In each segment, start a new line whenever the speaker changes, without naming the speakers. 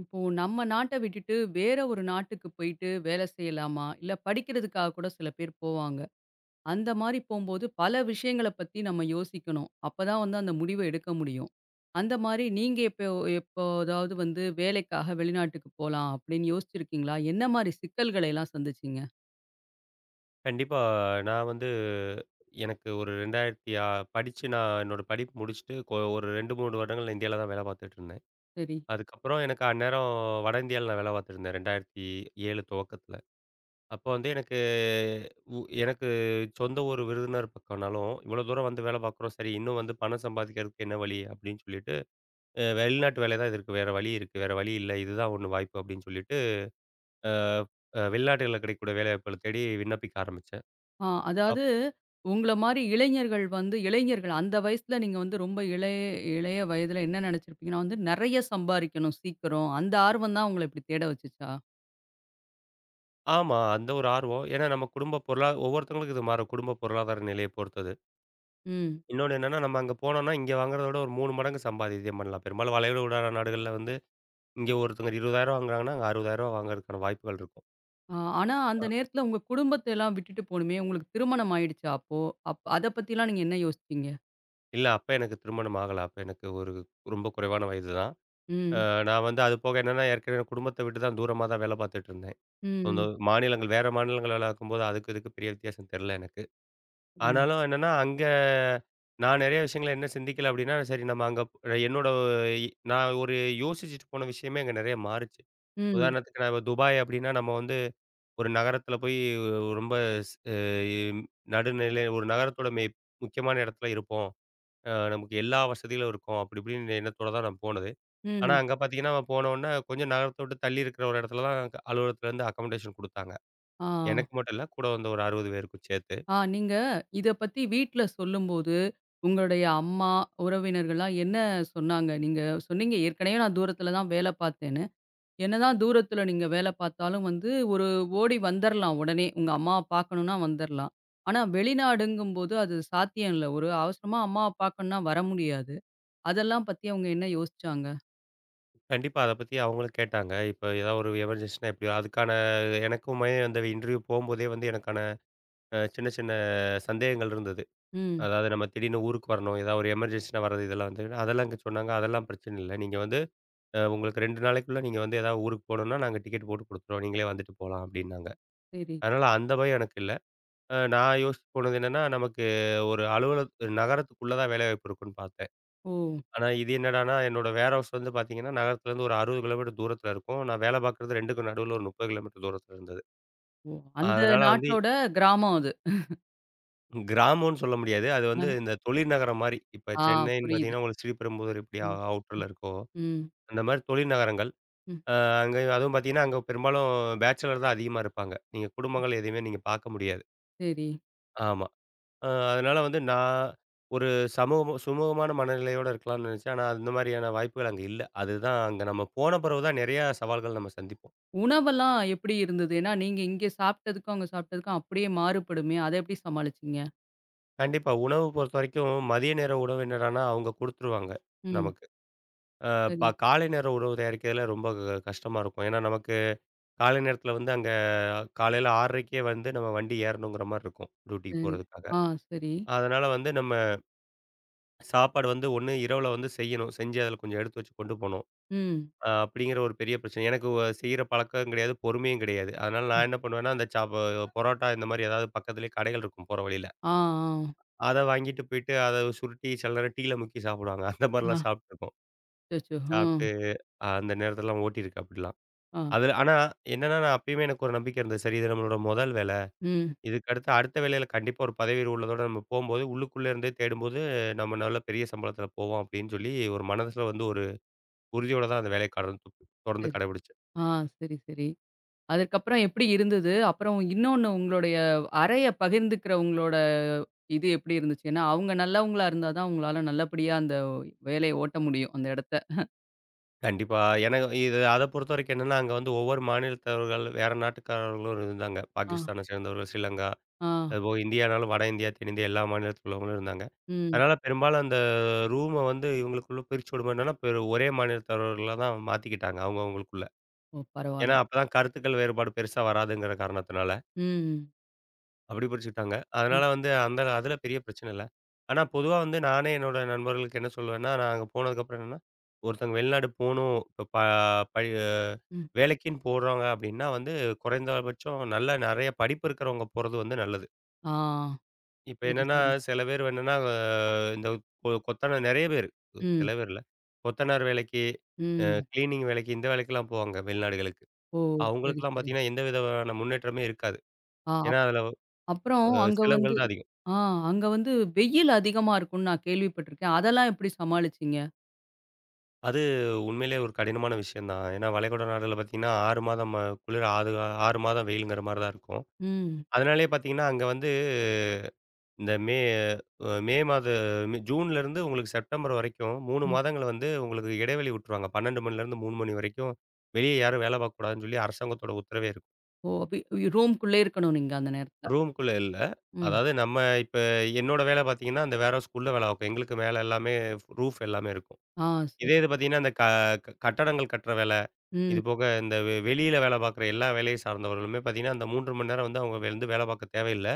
இப்போ நம்ம நாட்ட விட்டுட்டு வேற ஒரு நாட்டுக்கு போயிட்டு வேலை செய்யலாமா? இல்ல படிக்கிறதுக்காக கூட சில பேர் போவாங்க. அந்த மாரி போம்போது பல விஷயங்கள பத்தி நம்ம யோசிக்கணும். அப்பதான் வந்து அந்த முடிவ எடுக்க முடியும். அந்த மாரி நீங்க எப்போதாவது வந்து வேலைக்காக வெளிநாட்டுக்கு போலாம் அப்படின்னு யோசிச்சிருக்கீங்களா? என்ன மாரி சிக்கல்களை எல்லாம் சந்திச்சீங்க?
கண்டிப்பா. நான் வந்து எனக்கு ஒரு 2000 படிச்சு நான் என்னோட படிப்பு முடிச்சுட்டு ஒரு 2, 3 வருடங்கள் நான் இந்தியால தான் வேலை பார்த்துட்டு இருந்தேன்.
சரி.
அதுக்கப்புறம் எனக்கு அந்நேரம் வட இந்தியால நான் வேலை பார்த்துட்டு இருந்தேன். 2007 துவக்கத்தில. அப்போ வந்து எனக்கு எனக்கு சொந்த ஊர் விருதுநகர் பக்கம்னாலும், இவ்வளோ தூரம் வந்து வேலை பார்க்குறோம். சரி இன்னும் வந்து பணம் சம்பாதிக்கிறதுக்கு என்ன வழி அப்படின்னு சொல்லிட்டு, வெளிநாட்டு வேலை தான். இதற்கு வேற வழி இருக்கு. வேற வழி இல்ல. இதுதான் ஒண்ணு வாய்ப்பு அப்படின்னு சொல்லிட்டு, அ அ வெளிநாடுகள்ல கிடைக்கக்கூடிய வேலைவாய்ப்புகள தேடி விண்ணப்பிக்க ஆரம்பிச்சேன்.
ஆ, அதாவது உங்கள மாரி இளைஞர்கள் அந்த வயசுல நீங்க வந்து ரொம்ப இளைய இளைய வயதுல என்ன நெனச்சிருப்பீங்கன்னா வந்து நெறைய சம்பாரிக்கணும் சீக்கிரம். அந்த ஆர்வம் தான் உங்கள இப்டி தேட வச்சுச்சா?
ஆமா. அந்த ஒரு ஆர்வம். ஏன்னா நம்ம குடும்ப பொருளா ஒவ்வொருத்தவங்களுக்கு இது மாறும். குடும்ப பொருளாதார நிலைய பொறுத்தது.
ம்.
இன்னொன்னு என்னன்னா, நம்ம அங்க போனோம்னா, இங்க வாங்குறத விட ஒரு 3 மடங்கு சம்பாதியம் பண்ணலாம். பெரும்பாலும் வளைகுடா நாடுகள்ல வந்து, இங்க ஒருத்தங்க ரூ. 20,000 வாங்குறாங்கன்னா, அங்க ரூ. 60,000 வாங்குறதுக்கான வாய்ப்புகள் இருக்கும்.
ஆ ஆனா அந்த
அ
நேரத்துல உங்க குடும்பத்த எல்லாம் விட்டுட்டு போணுமே! உங்களுக்கு திருமணம் ஆயிடுச்சா அப்போ? அத பத்திலாம் நீங்க என்ன யோசிச்சீங்க?
இல்ல அப்ப எனக்கு திருமணம் ஆகல. அப்ப எனக்கு ஒரு ரொம்ப குறைவான வயது தான். அ
ம்.
நான் வந்து அது போக என்னன்னா, ஏற்கனவே குடும்பத்த விட்டு தான் தூரமா தான் வேலை பார்த்துட்டு இருந்தேன். சொந்த
ம்.
மாநிலங்கள் வேற மாநிலங்கள் வேலை பார்க்கும்போது, அதுக்கு இதுக்கு பெரிய வித்தியாசம் தெரியல எனக்கு.
ம்.
ஆனாலும் என்னன்னா, அங்க நான் நெறைய விஷயங்கள என்ன சிந்திக்கல அப்டின்னா, சரி நம்ம அங்க என்னோட நான் ஒரு யோசிச்சுட்டு போன விஷயமே அங்க நெறைய மாறுச்சு.
ம்.
உதாரணத்துக்கு நான் இப்ப துபாய் அப்டின்னா, நம்ம வந்து ஒரு நகரத்துல போய் ரொம்ப ஸ் அ நடுநிலை ஒரு நகரத்தோட முக்கியமான இடத்துல இருப்போம். நமக்கு எல்லா வசதிகளும் இருக்கும். அப்டி இப்டின்னு எண்ணத்தோட தான் நான் போனது. ஆனா
ம்.
அங்க பார்த்தீங்கன்னா, நம்ம போனோனே கொஞ்சம் நகரத்த விட்டு தள்ளி இருக்கிற ஒரு இடத்துல தான் அலுவலகத்துலருந்து அக்கமோடேஷன் குடுத்தாங்க.
ஆ.
எனக்கு மட்டும் இல்ல, கூட வந்த ஒரு 60 பேருக்கும் சேர்த்து.
நீங்க இத பத்தி வீட்ல சொல்லும்போது, உங்களுடைய அம்மா, உறவினர்கள்லாம் என்ன சொன்னாங்க? நீங்க சொன்னீங்க ஏற்கனவே நான் தூரத்துல தான் வேலை பார்த்தேன்னு. என்னதான் தூரத்துல நீங்க வேலை பார்த்தாலும் வந்து, ஓடி வந்துரலாம் உடனே. உங்க அம்மாவ பார்க்கணும்னா வந்துரலாம். ஆனா வெளிநாடுங்கும்போது அது சாத்தியம் இல்ல. ஒரு அவசரமா அம்மாவ பார்க்கணும்னா வர முடியாது. அதெல்லாம் பத்தி அவங்க என்ன யோசிச்சாங்க?
கண்டிப்பா. அத பத்தி அவங்களும் கேட்டாங்க. இப்ப ஏதாவது ஒரு எமர்ஜென்சினா எப்படியோ அதுக்கான எனக்குமே அந்த இன்டர்வியூ போம்போதே வந்து எனக்கான சின்ன சின்ன சந்தேகங்கள் இருந்தது.
ம்.
அதாவது நம்ம திடீர்னு ஊருக்கு வரணும். ஏதாவது ஒரு எமர்ஜென்சினா வர்றது இதெல்லாம் வந்து அதெல்லாம் இங்க சொன்னாங்க. அதெல்லாம் பிரச்சனை இல்ல. நீங்க வந்து உங்களுக்கு 2 நாளைக்குள்ள நீங்க வந்து ஏதாவது ஊருக்கு போணும்னா நாங்க டிக்கெட் போட்டு குடுத்துருவோம். நீங்களே வந்துட்டு போலாம் அப்டின்னாங்க.
சரி.
அதனால அந்த பயம் எனக்கு இல்ல. நான் யோசிச்சு போனது என்னன்னா, நமக்கு ஒரு அலுவலக நகரத்துக்குள்ள தான் வேலைவாய்ப்பு இருக்குன்னு பார்த்தேன்.
ஓ!
ஆனா இது என்னடான்னா, என்னோட வேர்ஹவுஸ் வந்து பார்த்தீங்கன்னா, நகரத்துலேருந்து ஒரு 60 கிலோமீட்டர் தூரத்தில இருக்கும். நான் வேலை பார்க்குறது 2க்கும் நடுவுல ஒரு 30 கிலோமீட்டர் தூரத்தில இருந்தது.
ஓ! அந்த
அதனால வந்து
நாட்டோட கிராமம் அது.
கிராமம்னு சொல்ல முடியாது. அது
அ.
வந்து இந்த தொழில் நகரம் மாரி. இப்ப
ஆ,
சென்னைன்னு
புரியுது.
பார்த்தீங்கன்னா, உங்களுக்கு ஸ்ரீபெரும்புதூர் எப்படி
ம்.
அவுட்டர்ல
ம்.
இருக்கோ,
ம்.
அந்த மாரி தொழில் நகரங்கள்.
ம்.
அ அங்க அதுவும் பார்த்தீங்கன்னா, அங்க பெரும்பாலும் பேச்சுலர் தான் அதிகமா இருப்பாங்க. நீங்க குடும்பங்கள் எதையுமே நீங்க பார்க்க முடியாது.
சரி.
ஆமா. அதனால வந்து நான் ஒரு சமூகமா சுமூகமான மனநிலையோட இருக்கலாம்னு நினைச்சேன். ஆனா, அந்த மாதிரியான வாய்ப்புகள் அங்க இல்ல. அதுதான் அங்க நம்ம போன பிறகு தான் நிறையா சவால்கள் நம்ம சந்திப்போம்.
உணவெல்லாம் எப்படி இருந்தது? ஏன்னா நீங்க இங்க சாப்பிட்டதுக்கும், அங்க சாப்பிட்டதுக்கும் அப்படியே மாறுபடுமே! அத எப்படி சமாளிச்சீங்க?
கண்டிப்பா உணவு பொறுத்தவரைக்கும் மதிய நேர உணவு என்னடான்னா, அவங்க குடுத்துருவாங்க
ம்.
நமக்கு. அ ப
சரி,
காலை நேர உணவு தயாரிக்கிறதுல ரொம்ப கஷ்டமா இருக்கும். ஏன்னா, நமக்கு காலை நேரத்தில வந்து அங்க காலையில 6:30க்கே வந்து நம்ம வண்டி ஏறணுங்கிற மாரி இருக்கும், டியூட்டிக்கு
சரி.
போறதுக்காக.
ஆ, சரி.
அதனால வந்து நம்ம சாப்பாடு வந்து ஒண்ணு இரவுல வந்து செய்யணும். செஞ்சு அதில கொஞ்சம் எடுத்து வச்சு கொண்டு போணும்.
ம்.
அப்படிங்கிற ஒரு பெரிய பிரச்சனை. எனக்கு செய்ற பழக்கம் கிடையாது. பொறுமையும் கிடையாது. அதனால நான் என்ன பண்ணுவேன்னா, அந்த பரோட்டா இந்த மாரி ஏதாவது பக்கத்திலேயே கடைகள் இருக்கும் போற வழியில.
ஆ, ஆ.
அத வாங்கிட்டு போயிட்டு அத சுருட்டி சில நேரம் டீல முக்கி சாப்பிடுவாங்க. அந்த மாரிலாம்
ஆ.
சாப்பிட்டுருக்கோம்.
அச்சச்சோ! ம்.
சாப்பிட்டு அந்த நேரத்திலலாம் ஓட்டியிருக்கு அப்படிலாம்.
ஆ.
அதுல ஆனா என்னன்னா, நான் அப்பயுமே எனக்கு ஒரு நம்பிக்கை இருந்தது. சரி இது நம்மளோட முதல் வேலை.
ம்.
இதுக்கு அடுத்து அடுத்த வேலையில கண்டிப்பா ஒரு பதவி உயர்வு உள்ளதோட நம்ம போம்போது, உள்ளுக்குள்ள இருந்தே தேடும்போது நம்ம நல்ல பெரிய சம்பளத்தில போவோம் அப்படின்னு சொல்லி ஒரு மனசுல வந்து ஒரு உறுதியோட தான் அந்த வேலைய தொடர்ந்து
சரி.
கடைபிடிச்சேன்.
ஆ, சரி, சரி. அதுக்கப்புறம் எப்படி இருந்தது? அப்புறம் இன்னொன்னு உங்களுடைய அறைய பகிர்ந்துக்கிறவங்களோட இது எப்படி இருந்துச்சு? ஏன்னா, அவங்க நல்லவங்களா இருந்தா தான் உங்களால நல்லபடியா அந்த வேலைய ஓட்ட முடியும், அந்த இடத்த.
கண்டிப்பா. எனக்கு இது அத பொறுத்தவரைக்கும் என்னன்னா, அங்க வந்து ஒவ்வொரு மாநிலத்தவர்கள், வேற நாட்டுக்காரர்களும் இருந்தாங்க.
ஆ,
பாகிஸ்தானை சேர்ந்தவர்கள், ஸ்ரீலங்கா,
ஆ.
அதுபோக இந்தியானாலும் வட இந்தியா, தென்னிந்தியா எல்லா மாநிலத்தில உள்ளவங்களும் இருந்தாங்க.
ம்.
அதனால பெரும்பாலும் அந்த ரூம வந்து இவங்களுக்குள்ள பிரிச்சு விடும்போது என்னன்னா, ஒரே மாநிலத்தவர்களா தான் மாத்திக்கிட்டாங்க, அவங்கவங்களுக்குள்ள.
ஓ!
ஏன்னா,
பரவால்ல.
அப்பதான் கருத்துக்கள் வேறுபாடு பெருசா வராதுங்கிற காரணத்தினால.
ம்.
அப்படி பிரிச்சுட்டாங்க.
ம்.
அதனால வந்து அந்த அதில பெரிய பிரச்சனை இல்ல. ஆனா பொதுவா வந்து நானே என்னோட நண்பர்களுக்கு என்ன சொல்லுவேன்னா, நான் அங்க போனதுக்கப்புறம் என்னன்னா, ஒருத்தங்க வெளிநாடு போணும். இப்ப ப படி அ
ம்.
வேலைக்குன்னு போறாங்க அப்படின்னா வந்து குறைந்தபட்சம் நல்ல நெறைய படிப்பு இருக்கிறவங்க போறது வந்து நல்லது.
ஆ.
இப்ப
சரி,
என்னன்னா,
சரி.
சில பேர் என்னன்னா இந்த கொத்தனார் நெறைய பேரு சில
ம்,
பேர் இல்ல. கொத்தனார் வேலைக்கு, அ
ம்.
கிளீனிங் வேலைக்கு இந்த வேலைக்கெல்லாம் போவாங்க வெளிநாடுகளுக்கு.
ஓ! சரி,
அவங்களுக்கெல்லாம்
சரி.
பார்த்தீங்கன்னா, எந்த விதமான முன்னேற்றமே இருக்காது.
ஆ அப்
ஏன்னா அதில
அப்புறம்
அ செலவுகள் தான் அதிகம்.
ஆ அங்க வந்து வெயில் அதிகமா இருக்கும்னு நான் கேள்விப்பட்டுருக்கேன். அதெல்லாம் எப்படி சமாளிச்சீங்க?
அது உண்மையிலேயே ஒரு கடினமான விஷயம் தான். ஏன்னா, வளைகுடா நாடுல பாத்தீங்கன்னா, 6 மாதம் குளிர், 6 மாதம் வெயிலுங்கிற மாரி தான் இருக்கும்.
ம்,
அதனாலேயே பாத்தீங்கன்னா, அங்க வந்து இந்த மே அ மே மாத மே ஜூன்லேருந்து உங்களுக்கு செப்டம்பர் வரைக்கும் 3
ம்.
மாதங்கள் வந்து உங்களுக்கு இடைவெளி விட்டுருவாங்க. 12 மணிலேருந்து 3 மணி வரைக்கும் வெளிய யாரும் வேலை பாக்கக்கூடாதுன்னு சொல்லி அரசாங்கத்தோட உத்தரவே இருக்கும்.
ஓ! அப்ப ரூம்க்குள்ளே இருக்கணும் நீங்க அந்த நேரத்துல.
ரூம்க்குள்ள இல்ல.
ம்.
அதாவது நம்ம இப்ப என்னோட வேலை பாத்தீங்கன்னா, அந்த வேர்ஹவுஸ் குள்ள வேலை பாக்கும். எங்களுக்கு மேல எல்லாமே ரூஃப் எல்லாமே இருக்கும்.
ஆ,
இதே
சரி,
இது
சரி.
பாத்தீங்கன்னா, அந்த க க கட்டடங்கள் கட்டுற வேலை
ம்,
இது போக இந்த வெளியில வேலை பார்க்குற எல்லா வேலையை சார்ந்தவர்களுமே பார்த்தீங்கன்னா, அந்த 3 மணி நேரம் வந்து அவங்க வந்து வேலை பார்க்க தேவையில்ல.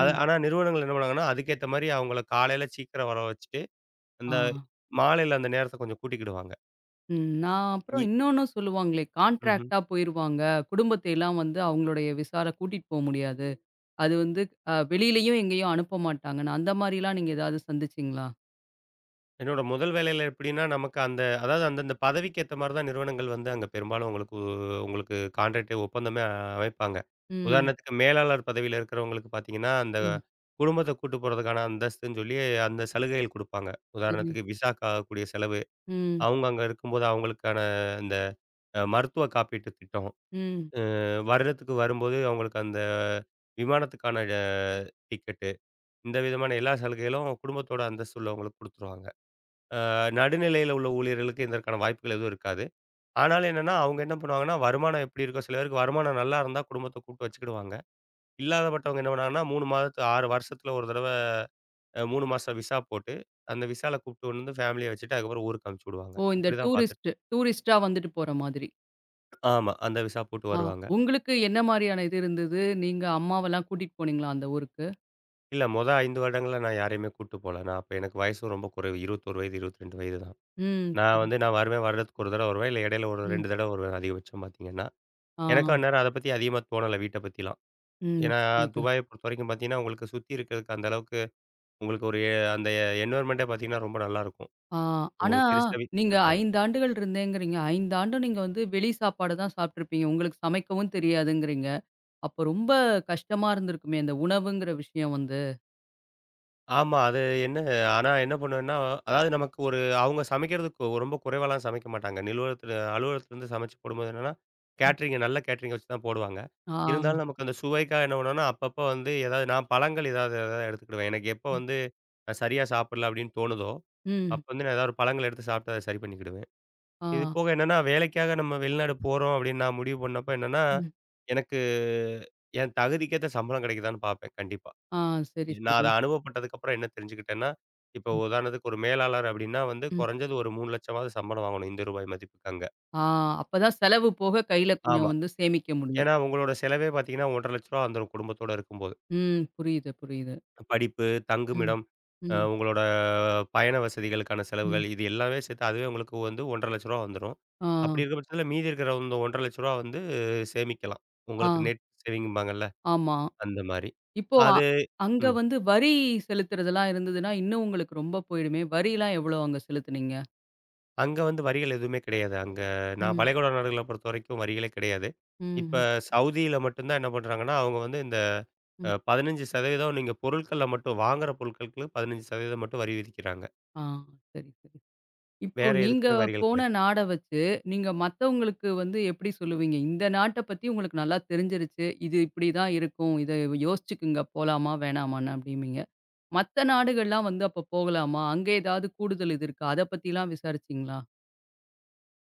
அது
ம்.
ஆனா நிறுவனங்கள் என்ன பண்ணுவாங்கன்னா, அதுக்கேத்த மாரி அவங்கள காலையில சீக்கிரம் வர வச்சுட்டு,
ஆ.
அந்த மாலையில அந்த நேரத்த கொஞ்சம் கூட்டிக்கிடுவாங்க.
ம். நான் அப்புறம்
இ
இன்னொன்னும் சொல்லுவாங்களே,
ம்ஹ்ம்.
கான்ட்ராக்ட்டா போயிருவாங்க. குடும்பத்தை எல்லாம் வந்து அவங்களுடைய விசால கூட்டிட்டு போ முடியாது. அது வந்து வெளியிலயும் எங்கேயும் அனுப்ப மாட்டாங்கன்னு, அந்த மாரிலாம் நீங்க ஏதாவது சந்திச்சீங்களா?
என்னோட முதல் வேலையில எப்படின்னா, நமக்கு அந்த அதாவது அந்தந்த பதவிக்கு ஏத்த மாரி தான் நிறுவனங்கள் வந்து அங்க பெரும்பாலும் உங்களுக்கு உங்களுக்கு கான்ட்ராக்ட் ஒப்பந்தமே அமைப்பாங்க.
ம்,
உதாரணத்துக்கு மேலாளர் பதவியில இருக்கிறவங்களுக்கு பார்த்தீங்கன்னா, அந்த
ம்.
குடும்பத்த கூட்டு போறதுக்கான அந்தஸ்துன்னு சொல்லி அந்த சலுகைகள் குடுப்பாங்க.
சரி.
உதாரணத்துக்கு விசாக்காகக்கூடிய செலவு
ம்.
அவங்க அங்க இருக்கும்போது அவங்களுக்கான அந்த மருத்துவ காப்பீட்டு திட்டம்,
ம்.
வருடத்துக்கு வரும்போது அவங்களுக்கு அந்த விமானத்துக்கான டிக்கெட்டு, இந்த விதமான எல்லா சலுகைகளும் குடும்பத்தோட அந்தஸ்து உள்ளவங்களுக்கு குடுத்துருவாங்க. நடுநிலையில உள்ள ஊழியர்களுக்கு இதற்கான வாய்ப்புகள் எதுவும் இருக்காது. ஆனாலும் என்னன்னா, அவங்க என்ன பண்ணுவாங்கன்னா, வருமானம் எப்படி இருக்கோ சில பேருக்கு வருமானம் நல்லா இருந்தா குடும்பத்த கூப்பிட்டு வச்சுக்கிடுவாங்க. இல்லாதப்பட்டவங்க என்ன பண்ணாங்கன்னா, 3 மாதத்து 6 வருஷத்துல ஒரு தடவ 3 மாசம் விசா போட்டு, அந்த விசால கூப்பிட்டு வந்து ஃபேமிலிய வச்சுட்டு அதுக்கப்புறம் ஊருக்கு அனுப்பிச்சு விடுவாங்க.
ஓ! இந்த
இப்படிதான் பார்த்துட்டு
டூரிஸ்ட்டா வந்துட்டு போற மாதிரி.
ஆமா. அந்த விசா போட்டு
ஆ,
வருவாங்க.
உங்களுக்கு என்ன மாரியான இது இருந்தது? நீங்க அம்மாவெல்லாம் கூட்டிட்டு போனீங்களா அந்த ஊருக்கு?
இல்ல, மொத 5 வருடங்கள்ல நான் யாரையுமே கூட்டு போல. நான் அப்ப எனக்கு வயசும் ரொம்ப குறைவு. 21 வயது, 22 வயது தான்.
ம்.
நான்
சரி.
வந்து நான் வருவேன், வருடத்துக்கு 1 தடவ வருவேன். இல்ல இடையில ஒரு
ம்.
2 தடவ வருவேன் அதிகபட்சம் பார்த்தீங்கன்னா.
ஆ.
எனக்கு அந்நேரம் அத பத்தி அதிகமா தோணல வீட்ட பத்திலாம்.
ம்.
ஏன்னா
புரியுது.
துபாய பொறுத்தவரைக்கும் பார்த்தீங்கன்னா, உங்களுக்கு சுத்தி இருக்கிறதுக்கு அந்த அளவுக்கு உங்களுக்கு ஒரு அந்த என்வயர்ன்மென்ட்டே பார்த்தீங்கன்னா ரொம்ப நல்லாருக்கும்.
ஆ ஆனா
உங்களுக்கு பெருசா
நீங்க 5 ஆண்டுகள் இருந்தேங்கிறீங்க. 5 ஆண்டும் நீங்க வந்து வெளி சாப்பாடு தான் சாப்பிட்டுருப்பீங்க. உங்களுக்கு சமைக்கவும் தெரியாதுங்கிறீங்க. அப்போ ரொம்ப கஷ்டமா இருந்திருக்குமே அந்த உணவுங்கிற விஷயம் வந்து.
ஆமா. அது என்ன ஆனா என்ன பண்ணுவேன்னா, அதாவது நமக்கு ஒரு அவங்க சமைக்கிறதுக்கு ரொம்ப குறைவாலாம் சமைக்க மாட்டாங்க. நிலுவலத்துல அலுவலகத்துலருந்து சமைச்சு போடும்போது என்னன்னா,
ம்.
கேட்டரிங்க நல்ல கேட்டரிங்க வச்சு தான் போடுவாங்க.
ஆ.
இருந்தாலும் நமக்கு அந்த சுவைக்காக என்ன பண்ணுவோம்னா, அப்பப்போ வந்து ஏதாவது நான் பழங்கள் ஏதாவது ஏதாவது எடுத்துக்கிடுவேன். எனக்கு எப்போ வந்து நான் சரியா சாப்பிடல அப்படின்னு தோணுதோ,
ம்.
அப்ப வந்து நான் ஏதாவது ஒரு பழங்கள் எடுத்து சாப்பிட்டு அத சரி பண்ணிக்கிடுவேன்.
ஆ.
இது போக என்னன்னா, வேலைக்காக நம்ம வெளிநாடு போறோம் அப்படின்னு நான் முடிவு பண்ணப்ப என்னன்னா,
ம்.
எனக்கு என் தகுதிக்கேத்த சம்பளம் கிடைக்குதான்னு பார்ப்பேன் கண்டிப்பா.
ஆ, சரி,
நான்
சரி.
அத அனுபவப்பட்டதுக்கு அப்புறம் என்ன தெரிஞ்சுக்கிட்டேன்னா, இப்போ
ம்.
உதாரணத்துக்கு ஒரு மேலாளர் அப்படின்னா வந்து
ம்.
குறைஞ்சது ஒரு 3,00,000வது சம்பளம் வாங்கணும் இந்த ரூபாய் மதிப்புக்கு அங்க.
ஆ, அப்பதான் செலவு போக கையில
ஆமா.
கொஞ்சம் வந்து சேமிக்க முடியும்.
ஏன்னா உங்களோட செலவே பார்த்தீங்கன்னா ரூ. 1,50,000 வந்துரும் குடும்பத்தோட இருக்கும்போது.
ம். புரியுது, புரியுது.
படிப்பு,
ம்.
தங்குமிடம்,
ம்.
உங்களோட பயண வசதிகளுக்கான
ம்.
செலவுகள் இது எல்லாமே சேர்த்து அதுவே உங்களுக்கு வந்து ரூ. 1,50,000 வந்துரும்.
ஆ,
அப்படி இருக்க பட்சத்தில மீதி இருக்கிற இந்த ரூ. 1,50,000 வந்து சேமிக்கலாம்.
ஆ,
உங்களுக்கு நெட் சேவிங்கும்பாங்கல்ல
ஆமா.
அந்த மாரி.
இப்போ
அது
அங்க
ம்.
வந்து வரி செலுத்துறதெல்லாம் இருந்ததுன்னா, இன்னும் உங்களுக்கு ரொம்ப போயிடுமே! வரிலாம் எவ்வளோ அங்க செலுத்துனீங்க?
அங்க வந்து வரிகள் எதுவுமே கிடையாது. அங்க நான்
ம்.
வளைகுடா நாடுகள பொறுத்தவரைக்கும் வரிகளே கிடையாது. இப்ப
ம்.
சவுதியில மட்டும் தான் என்ன பண்றாங்கன்னா, அவங்க வந்து இந்த
ம்.
15% நீங்க பொருட்கள்ல மட்டும் வாங்குற பொருட்களுக்கு 15% மட்டும் வரி விதிக்கிறாங்க.
ஆ. சரி, சரி. இப்போ
வேற
நீங்க
எதுக்குமே வரிகள்
போன
கிடையாது.
நாட வச்சு, நீங்க மத்தவங்களுக்கு வந்து எப்படி சொல்லுவீங்க? இந்த நாட்ட பத்தி உங்களுக்கு நல்லா தெரிஞ்சிருச்சு. இது இப்படிதான் இருக்கும். இத யோசிச்சுக்குங்க போலாமா, வேணாமான்னு அப்படிம்பீங்க. மத்த நாடுகள்லாம் வந்து அப்ப போகலாமா? அங்க ஏதாவது கூடுதல் இது இருக்கா? அத பத்திலாம் விசாரிச்சீங்களா?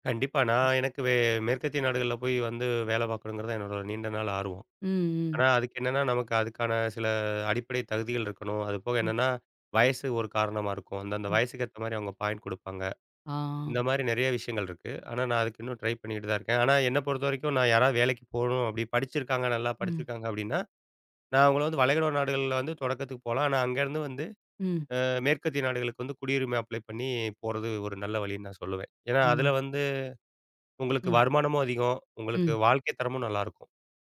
கண்டிப்பா நான் எனக்கு மேற்கத்திய நாடுகள்ல போய் வந்து வேலை பார்க்கணுங்கிறது தான் என்னோட நீண்ட நாள் ஆர்வம்.
ம், ம்,
ஆனா அதுக்கு என்னன்னா, நமக்கு அதுக்கான சில அடிப்படை தகுதிகள் இருக்கணும். அது போக
ம்,
என்னன்னா, வயசு ஒரு காரணமா இருக்கும். அந்த அந்த
ம்.
வயசுக்கு ஏத்த மாரி அவங்க பாயிண்ட் குடுப்பாங்க.
ஆ.
இந்த மாரி நெறைய விஷயங்கள் இருக்கு. ஆனா, நான் அதுக்கு இன்னும் ட்ரை பண்ணிக்கிட்டு தான் இருக்கேன். ஆனா, என்ன பொறுத்தவரைக்கும் நான் யாராவது வேலைக்கு போணும் அப்படி படிச்சிருக்காங்க, நல்லா
ம்,
படிச்சிருக்காங்க அப்படின்னா, நான் அவங்கள வந்து வளைகுடா நாடுகள்ல வந்து தொடக்கத்துக்கு போலாம். ஆனா, அங்கேருந்து வந்து
ம்,
மேற்கத்திய நாடுகளுக்கு வந்து குடியுரிமை அப்ளை பண்ணி போறது ஒரு நல்ல வழின்னு நான் சொல்லுவேன். ஏன்னா,
ஆமா.
அதுல வந்து உங்களுக்கு
ம்,
வருமானமும் அதிகம்.
ம்.
உங்களுக்கு வாழ்க்கை தரமும் நல்லாருக்கும்.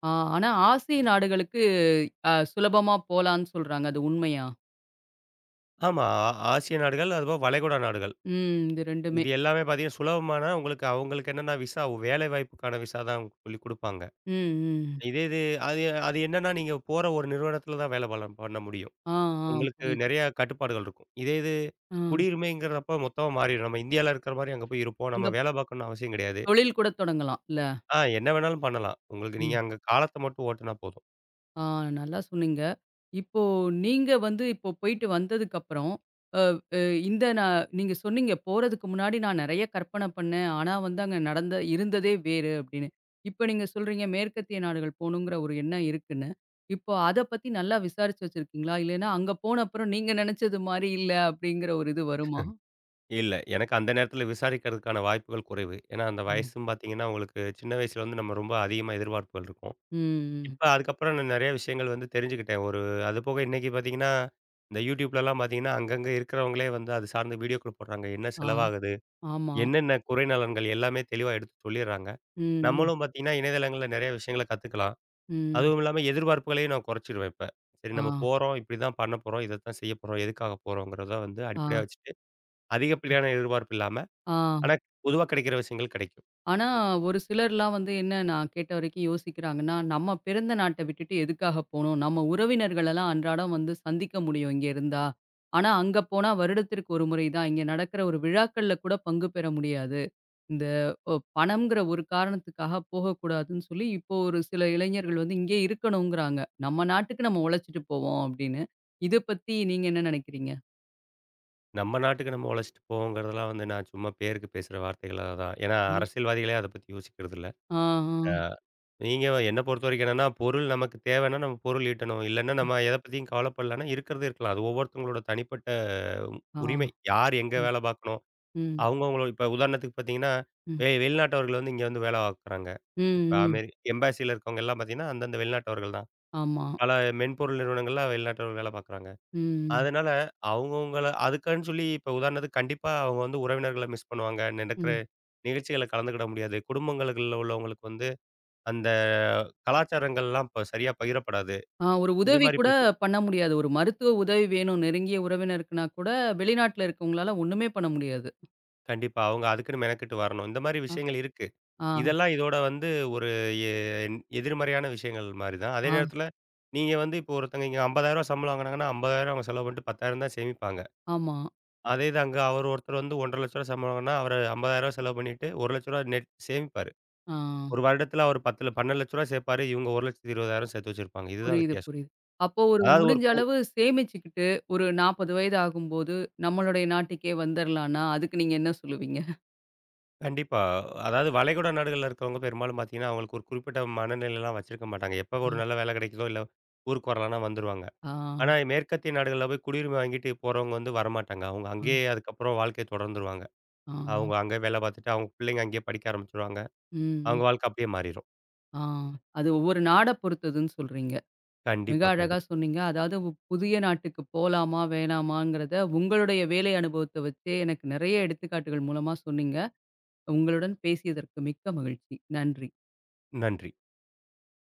ஆ ஆனா ஆசிய நாடுகளுக்கு சுலபமா போலான்னு சொல்றாங்க. அது உண்மையா?
ஆமா. ஆ ஆசிய நாடுகள், அதுபோக வளைகுடா நாடுகள்.
ம். இது 2மே.
இது எல்லாமே பார்த்தீங்கன்னா, சுலபமான உங்களுக்கு அவங்களுக்கு என்னன்னா விசா வேலை வாய்ப்புக்கான விசா தான் சொல்லி குடுப்பாங்க.
ம், ம்.
இதே இது அது அது என்னன்னா, நீங்க போற ஒரு நிறுவனத்தில தான் வேலை பலம் பண்ண முடியும்.
ஆ, ஆ.
உங்களுக்கு
புரியுது.
நெறைய கட்டுப்பாடுகள் இருக்கும். இதே இது
ஆ.
குடியுரிமைங்கிறப்ப மொத்தமா மாறிரும். நம்ம இந்தியால இருக்கிற மாரி அங்க போய் இருப்போம்.
அங்க
நம்ம வேலை பார்க்கணும்னு அவசியம் கிடையாது.
தொழில் கூட தொடங்கலாம் இல்ல?
ஆ என்ன வேணாலும் பண்ணலாம். உங்களுக்கு நீங்க
ம்.
அங்க காலத்த மட்டும் ஓட்டுனா போதும்.
ஆ, நல்லா சொன்னீங்க. இப்போ நீங்க வந்து இப்போ போயிட்டு வந்ததுக்கப்புறம், அ அ இந்த நீங்க சொன்னீங்க, "போறதுக்கு முன்னாடி நான் நெறைய கற்பனை பண்ணேன். ஆனா வந்து அங்க நடந்த இருந்ததே வேறு" அப்படின்னு. இப்ப நீங்க சொல்றீங்க, மேற்கத்திய நாடுகள் போணுங்கிற ஒரு எண்ணம் இருக்குன்னு. இப்போ அத பத்தி நல்லா விசாரிச்சு வச்சிருக்கீங்களா? இல்லைன்னா அங்க போன அப்புறம் நீங்க நெனச்சது மாரி இல்ல அப்படிங்கிற ஒரு இது வருமா?
இல்ல, எனக்கு அந்த நேரத்தில விசாரிக்கிறதுக்கான வாய்ப்புகள் குறைவு. ஏன்னா, அந்த
ம்.
வயசும் பார்த்தீங்கன்னா, உங்களுக்கு சின்ன வயசுல வந்து நம்ம ரொம்ப அதிகமா எதிர்பார்ப்புகள் இருக்கும்.
ம்.
இப்ப அதுக்கப்புறம் நான் நெறைய விஷயங்கள் வந்து தெரிஞ்சுக்கிட்டேன். ஒரு அது போக இன்னைக்கு பார்த்தீங்கன்னா, இந்த YouTubeலலாம் பார்த்தீங்கன்னா, அங்கங்க இருக்கிறவங்களே வந்து அது சார்ந்த வீடியோக்கள் போடுறாங்க. என்ன
ஆ.
செலவாகுது?
ஆமா.
என்னென்ன குறை நலன்கள்? எல்லாமே தெளிவா எடுத்து சொல்லிர்றாங்க.
ம். ம்.
நம்மளும் பார்த்தீங்கன்னா, இணையதளங்கள்ல நெறைய விஷயங்கள கத்துக்கலாம்.
ம்.
அதுவும் இல்லாம எதிர்பார்ப்புகளையும் நான் குறைச்சிருவேன் இப்ப. சரி
ஆ.
நம்ம போறோம், இப்படிதான் பண்ண போறோம், இதத்தான் செய்ய போறோம், எதுக்காக போறோங்கிறத வந்து
ஆ.
அடிப்படையா வச்சுட்டு, அதிகப்படியான எதிர்பார்ப்பு இல்லாம,
ஆ.
ஆனா பொதுவா கிடைக்கிற விஷயங்கள் கிடைக்கும்.
ஆனா, ஒரு சிலர்லாம் வந்து என்ன நான் கேட்ட வரைக்கும் யோசிக்கிறாங்கன்னா, நம்ம பிறந்த நாட்ட விட்டுட்டு எதுக்காக போணும்? நம்ம உறவினர்களெல்லாம் அன்றாடம் வந்து சந்திக்க முடியும் இங்க இருந்தா. ஆனா, அங்க போனா வருடத்திற்கு ஒரு முறை தான். இங்க நடக்கிற ஒரு விழாக்கள்ல கூட பங்கு பெற முடியாது. இந்த பணம்ங்கிற ஒரு காரணத்துக்காக போகக்கூடாதுன்னு சொல்லி, இப்போ ஒரு சில இளைஞர்கள் வந்து இங்கே இருக்கணுங்கிறாங்க. நம்ம நாட்டுக்கு நம்ம உழைச்சிட்டு போவோம் அப்படின்னு. இத பத்தி நீங்க என்ன நினைக்கிறீங்க?
நம்ம நாட்டுக்கு நம்ம உழைச்சிட்டு போவோங்கிறதெல்லாம் வந்து நான் சும்மா பேருக்கு பேசுற வார்த்தைகளா தான். ஏன்னா
ம்.
அரசியல்வாதிகளே அத பத்தி யோசிக்கிறது இல்ல.
ஆ, ஆ.
ஆ. நீங்க என்ன பொறுத்தவரைக்கும் என்னன்னா, பொருள் நமக்கு தேவைன்னா நம்ம பொருள் ஈட்டணும். இல்லன்னா நம்ம எத பத்தியும் கவலைப்படலன்னா இருக்கிறது இருக்கலாம். அது ஒவ்வொருத்தவங்களோட தனிப்பட்ட
ஆ.
உரிமை. யார் எங்க
ம்.
வேலை பார்க்கணும்.
ம்.
அவங்கவங்களோட இப்ப உதாரணத்துக்கு பார்த்தீங்கன்னா,
ம்.
வெளிநாட்டவர்கள் வந்து இங்க வந்து வேலை பார்க்குறாங்க. இப்ப
ம். ம்.
அமெரி எம்பேசில இருக்கவங்க எல்லாம் பார்த்தீங்கன்னா, அந்தந்த வெளிநாட்டவர்கள் தான்.
ஆமா.
பல மென்பொருள் நிறுவனங்கள்ல வெளிநாட்டவர்கள் வேலை பார்க்குறாங்க.
ம்.
அதனால அவங்கவங்கள அதுக்குன்னு சொல்லி இப்ப உதாரணத்துக்கு கண்டிப்பா அவங்க வந்து உறவினர்கள மிஸ் பண்ணுவாங்க. நடக்கிற
ம்.
நிகழ்ச்சிகள்ல கலந்துக்கிட முடியாது. குடும்பங்களுக்குள்ள உள்ளவங்களுக்கு வந்து அந்த கலாச்சாரங்கள்லாம் இப்ப சரியா பகிரப்படாது.
ஆ, ஒரு
இந்த
உதவி
மாரி
கூட
பிரச்ச
பண்ண முடியாது. ஒரு மருத்துவ உதவி வேணும் நெருங்கிய உறவினருக்குனா கூட, வெளிநாட்ல இருக்கவங்களால ஒண்ணுமே பண்ண முடியாது.
கண்டிப்பா. அவங்க அதுக்குன்னு மெனக்கெட்டு வரணும். இந்த மாரி
அ,
விஷயங்கள் இருக்கு.
ஆ,
இதெல்லாம் இதோட வந்து ஒரு எ எதிர்மறையான விஷயங்கள் மாரி தான். அதே
ஆ,
நேரத்தில நீங்க வந்து இப்போ ஒருத்தங்க இங்க ரூ. 50,000 சம்பளம் வாங்குனாங்கன்னா, 50,000 அவங்க செலவு பண்ணிட்டு 10,000 தான் சேமிப்பாங்க.
ஆமா.
அதே இது அங்க அவர் ஒருத்தர் வந்து ரூ. 1,50,000 சம்பளம் வாங்குனா, அவரு ரூ. 50,000 செலவு பண்ணிட்டு ரூ. 1,00,000 நெட் சேமிப்பாரு.
ஆ,
ஒரு வருடத்துல அவர் 10 ரூ. 12,00,000 சேர்ப்பாரு. இவங்க ரூ. 1,20,000 சேர்த்து வச்சிருப்பாங்க. இதுதான்
புரியுது,
வித்தியாசம்.
புரியுது. அப்போ ஒரு
அதாவது ஒரு
முடிஞ்ச அளவு சேமிச்சுக்கிட்டு, ஒரு 40 வயது ஆகும்போது நம்மளுடைய நாட்டுக்கே வந்துரலான்னா, அதுக்கு நீங்க என்ன சொல்லுவீங்க?
கண்டிப்பா. அதாவது வளைகுடா நாடுகள்ல இருக்கிறவங்க பெரும்பாலும் பார்த்தீங்கன்னா, அவங்களுக்கு ஒரு குறிப்பிட்ட மனநிலைலாம் வச்சிருக்க மாட்டாங்க. எப்ப ஒரு
ம்.
நல்ல வேலை கிடைக்குதோ, இல்ல ஊருக்கு வரலான்னா வந்துருவாங்க.
ஆ,
ஆனா மேற்கத்திய நாடுகள்ல போய் குடியுரிமை வாங்கிட்டு போறவங்க வந்து வரமாட்டாங்க. அவங்க
ஆ,
அங்கேயே அதுக்கப்புறம் வாழ்க்கைய தொடர்ந்துருவாங்க.
ஆ.
அவங்க அங்கே வேலை பார்த்துட்டு, அவங்க பிள்ளைங்க அங்கேயே படிக்க ஆரம்பிச்சுருவாங்க.
ம்.
அவங்க வாழ்க்கை அப்படியே மாறிரும்.
ஆ. அது ஒவ்வொரு நாட பொறுத்ததுன்னு சொல்றீங்க. மிக
கண்டிப்பா,
அழகா
கண்டிப்பா.
சொன்னீங்க. அதாவது புதிய நாட்டுக்கு போலாமா, வேணாமாங்கிறத உங்களுடைய வேலை அனுபவத்த வச்சே எனக்கு நெறைய எடுத்துக்காட்டுகள் மூலமா சொன்னீங்க. உங்களுடன் பேசியதற்கு மிக்க மகிழ்ச்சி. நன்றி.
நன்றி.